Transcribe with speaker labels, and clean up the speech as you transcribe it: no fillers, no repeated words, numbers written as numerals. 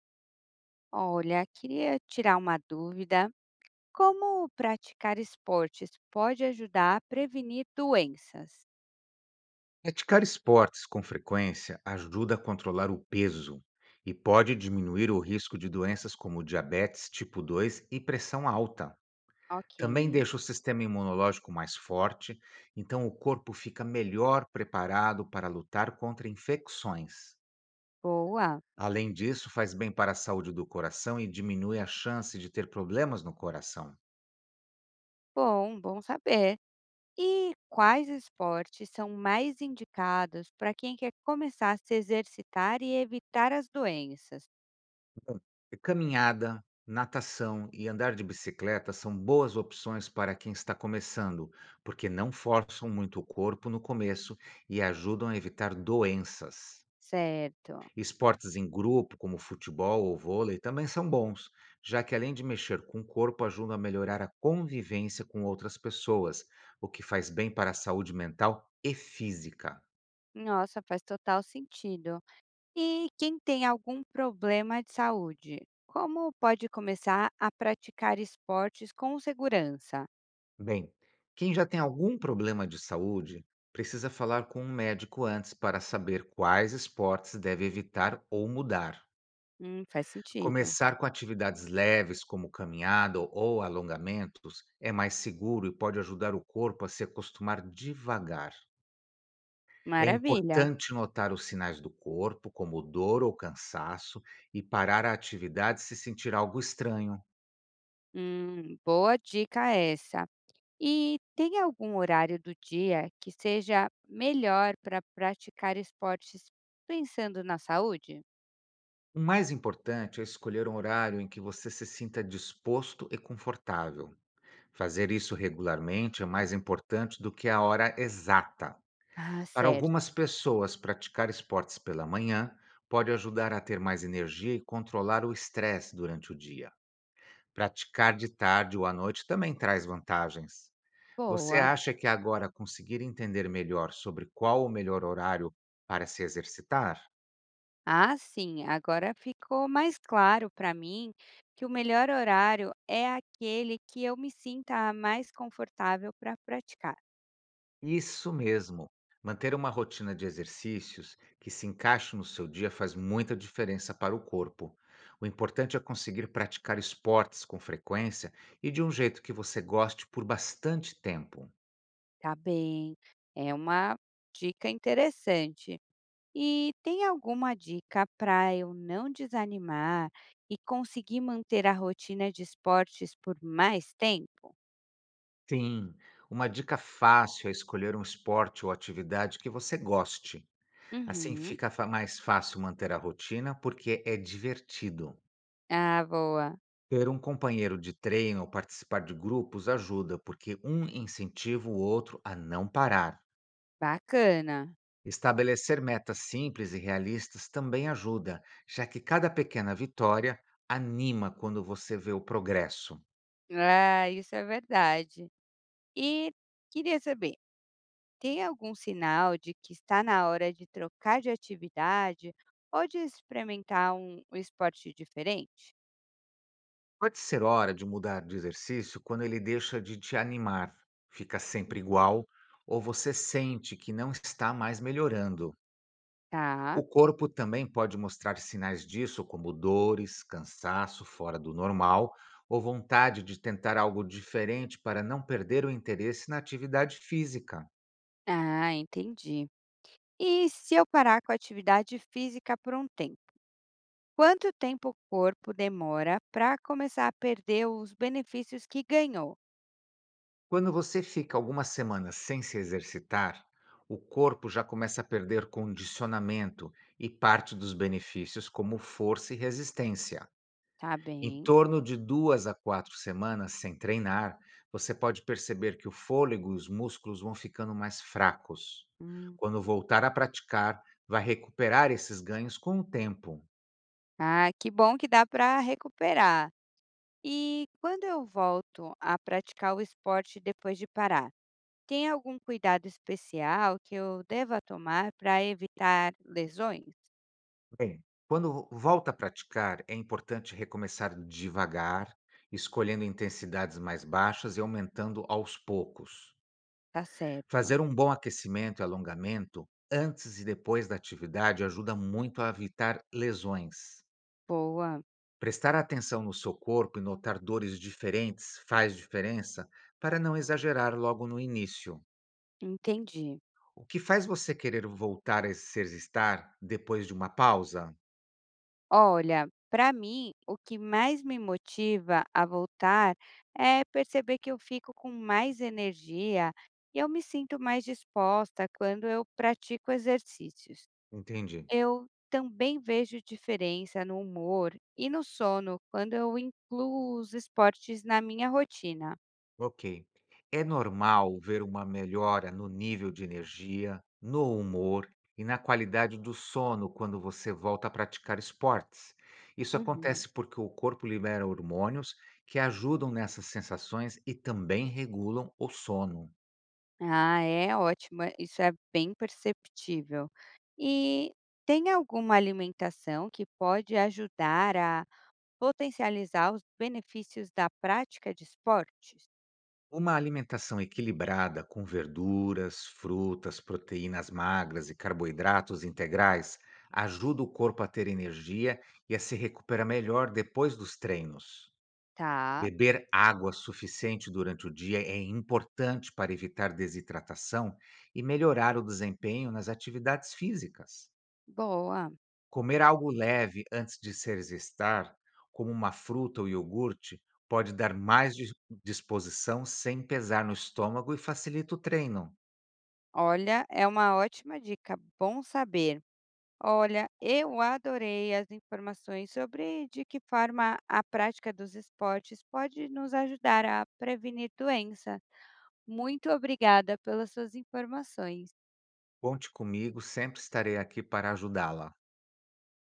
Speaker 1: Olha, queria tirar uma dúvida. Como praticar esportes pode ajudar a prevenir doenças?
Speaker 2: Praticar esportes com frequência ajuda a controlar o peso e pode diminuir o risco de doenças como diabetes tipo 2 e pressão alta.
Speaker 1: Ok,
Speaker 2: Também deixa o sistema imunológico mais forte, então o corpo fica melhor preparado para lutar contra infecções.
Speaker 1: boa.
Speaker 2: Além disso, faz bem para a saúde do coração e diminui a chance de ter problemas no coração.
Speaker 1: Bom, bom saber. E quais esportes são mais indicados para quem quer começar a se exercitar e evitar as doenças?
Speaker 2: Caminhada, natação e andar de bicicleta são boas opções para quem está começando, porque não forçam muito o corpo no começo e ajudam a evitar doenças.
Speaker 1: Certo.
Speaker 2: Esportes em grupo, como futebol ou vôlei, também são bons, já que além de mexer com o corpo, ajudam a melhorar a convivência com outras pessoas, o que faz bem para a saúde mental e física.
Speaker 1: Nossa, faz total sentido. E quem tem algum problema de saúde? Como pode começar a praticar esportes com segurança?
Speaker 2: Bem, quem já tem algum problema de saúde precisa falar com um médico antes para saber quais esportes deve evitar ou mudar.
Speaker 1: Faz sentido.
Speaker 2: Começar com atividades leves, como caminhada ou alongamentos, é mais seguro e pode ajudar o corpo a se acostumar devagar. É
Speaker 1: Maravilha.
Speaker 2: importante notar os sinais do corpo, como dor ou cansaço, e parar a atividade se sentir algo estranho.
Speaker 1: Boa dica essa. E tem algum horário do dia que seja melhor para praticar esportes pensando na saúde?
Speaker 2: O mais importante é escolher um horário em que você se sinta disposto e confortável. Fazer isso regularmente é mais importante do que a hora exata.
Speaker 1: Ah,
Speaker 2: Para
Speaker 1: certo.
Speaker 2: algumas pessoas, praticar esportes pela manhã pode ajudar a ter mais energia e controlar o estresse durante o dia. Praticar de tarde ou à noite também traz vantagens. Você
Speaker 1: Boa.
Speaker 2: acha que agora conseguir entender melhor sobre qual o melhor horário para se exercitar?
Speaker 1: Ah, sim. Agora ficou mais claro para mim que o melhor horário é aquele que eu me sinta mais confortável para praticar.
Speaker 2: Isso mesmo. Manter uma rotina de exercícios que se encaixe no seu dia faz muita diferença para o corpo. O importante é conseguir praticar esportes com frequência e de um jeito que você goste por bastante tempo.
Speaker 1: Tá bem. É uma dica interessante. E tem alguma dica para eu não desanimar e conseguir manter a rotina de esportes por mais tempo?
Speaker 2: Sim, uma dica fácil é escolher um esporte ou atividade que você goste. Assim
Speaker 1: Uhum.
Speaker 2: fica mais fácil manter a rotina porque é divertido.
Speaker 1: Ah, boa.
Speaker 2: Ter um companheiro de treino ou participar de grupos ajuda, porque um incentiva o outro a não parar.
Speaker 1: Bacana.
Speaker 2: Estabelecer metas simples e realistas também ajuda, já que cada pequena vitória anima quando você vê o progresso.
Speaker 1: Ah, isso é verdade. E queria saber, tem algum sinal de que está na hora de trocar de atividade ou de experimentar um esporte diferente?
Speaker 2: Pode ser hora de mudar de exercício quando ele deixa de te animar, fica sempre
Speaker 1: Uhum.
Speaker 2: igual, ou você sente que não está mais melhorando.
Speaker 1: Tá.
Speaker 2: O corpo também pode mostrar sinais disso, como dores, cansaço fora do normal, ou vontade de tentar algo diferente para não perder o interesse na atividade física.
Speaker 1: Ah, entendi. E se eu parar com a atividade física por um tempo? Quanto tempo o corpo demora para começar a perder os benefícios que ganhou?
Speaker 2: Quando você fica algumas semanas sem se exercitar, o corpo já começa a perder condicionamento e parte dos benefícios, como força e resistência.
Speaker 1: Tá
Speaker 2: Em
Speaker 1: bem.
Speaker 2: torno de 2 a 4 semanas sem treinar, você pode perceber que o fôlego e os músculos vão ficando mais fracos.
Speaker 1: Hum.
Speaker 2: Quando voltar a praticar, vai recuperar esses ganhos com o tempo.
Speaker 1: Ah, que bom que dá para recuperar. E quando eu volto a praticar o esporte depois de parar, tem algum cuidado especial que eu deva tomar para evitar lesões?
Speaker 2: Bem, quando volta a praticar, é importante recomeçar devagar, escolhendo intensidades mais baixas e aumentando aos poucos.
Speaker 1: Tá certo.
Speaker 2: Fazer um bom aquecimento e alongamento antes e depois da atividade ajuda muito a evitar lesões.
Speaker 1: Boa,
Speaker 2: Prestar atenção no seu corpo e notar dores diferentes faz diferença para não exagerar logo no início.
Speaker 1: entendi.
Speaker 2: O que faz você querer voltar a se exercitar depois de uma pausa?
Speaker 1: Olha, para mim, o que mais me motiva a voltar é perceber que eu fico com mais energia e eu me sinto mais disposta quando eu pratico exercícios.
Speaker 2: Entendi.
Speaker 1: Eu também vejo diferença no humor e no sono quando eu incluo os esportes na minha rotina.
Speaker 2: Ok. É normal ver uma melhora no nível de energia, no humor e na qualidade do sono quando você volta a praticar esportes. Isso
Speaker 1: Uhum.
Speaker 2: acontece porque o corpo libera hormônios que ajudam nessas sensações e também regulam o sono.
Speaker 1: Ah, é ótimo, isso é bem perceptível. E tem alguma alimentação que pode ajudar a potencializar os benefícios da prática de esportes?
Speaker 2: Uma alimentação equilibrada com verduras, frutas, proteínas magras e carboidratos integrais ajuda o corpo a ter energia e a se recuperar melhor depois dos treinos.
Speaker 1: Tá,
Speaker 2: Beber água suficiente durante o dia é importante para evitar desidratação e melhorar o desempenho nas atividades físicas.
Speaker 1: boa.
Speaker 2: Comer algo leve antes de se exercitar, como uma fruta ou iogurte, pode dar mais disposição sem pesar no estômago e facilita o treino.
Speaker 1: Olha, é uma ótima dica, bom saber. Olha, eu adorei as informações sobre de que forma a prática dos esportes pode nos ajudar a prevenir doença. Muito obrigada pelas suas informações.
Speaker 2: Conte comigo, sempre estarei aqui para ajudá-la.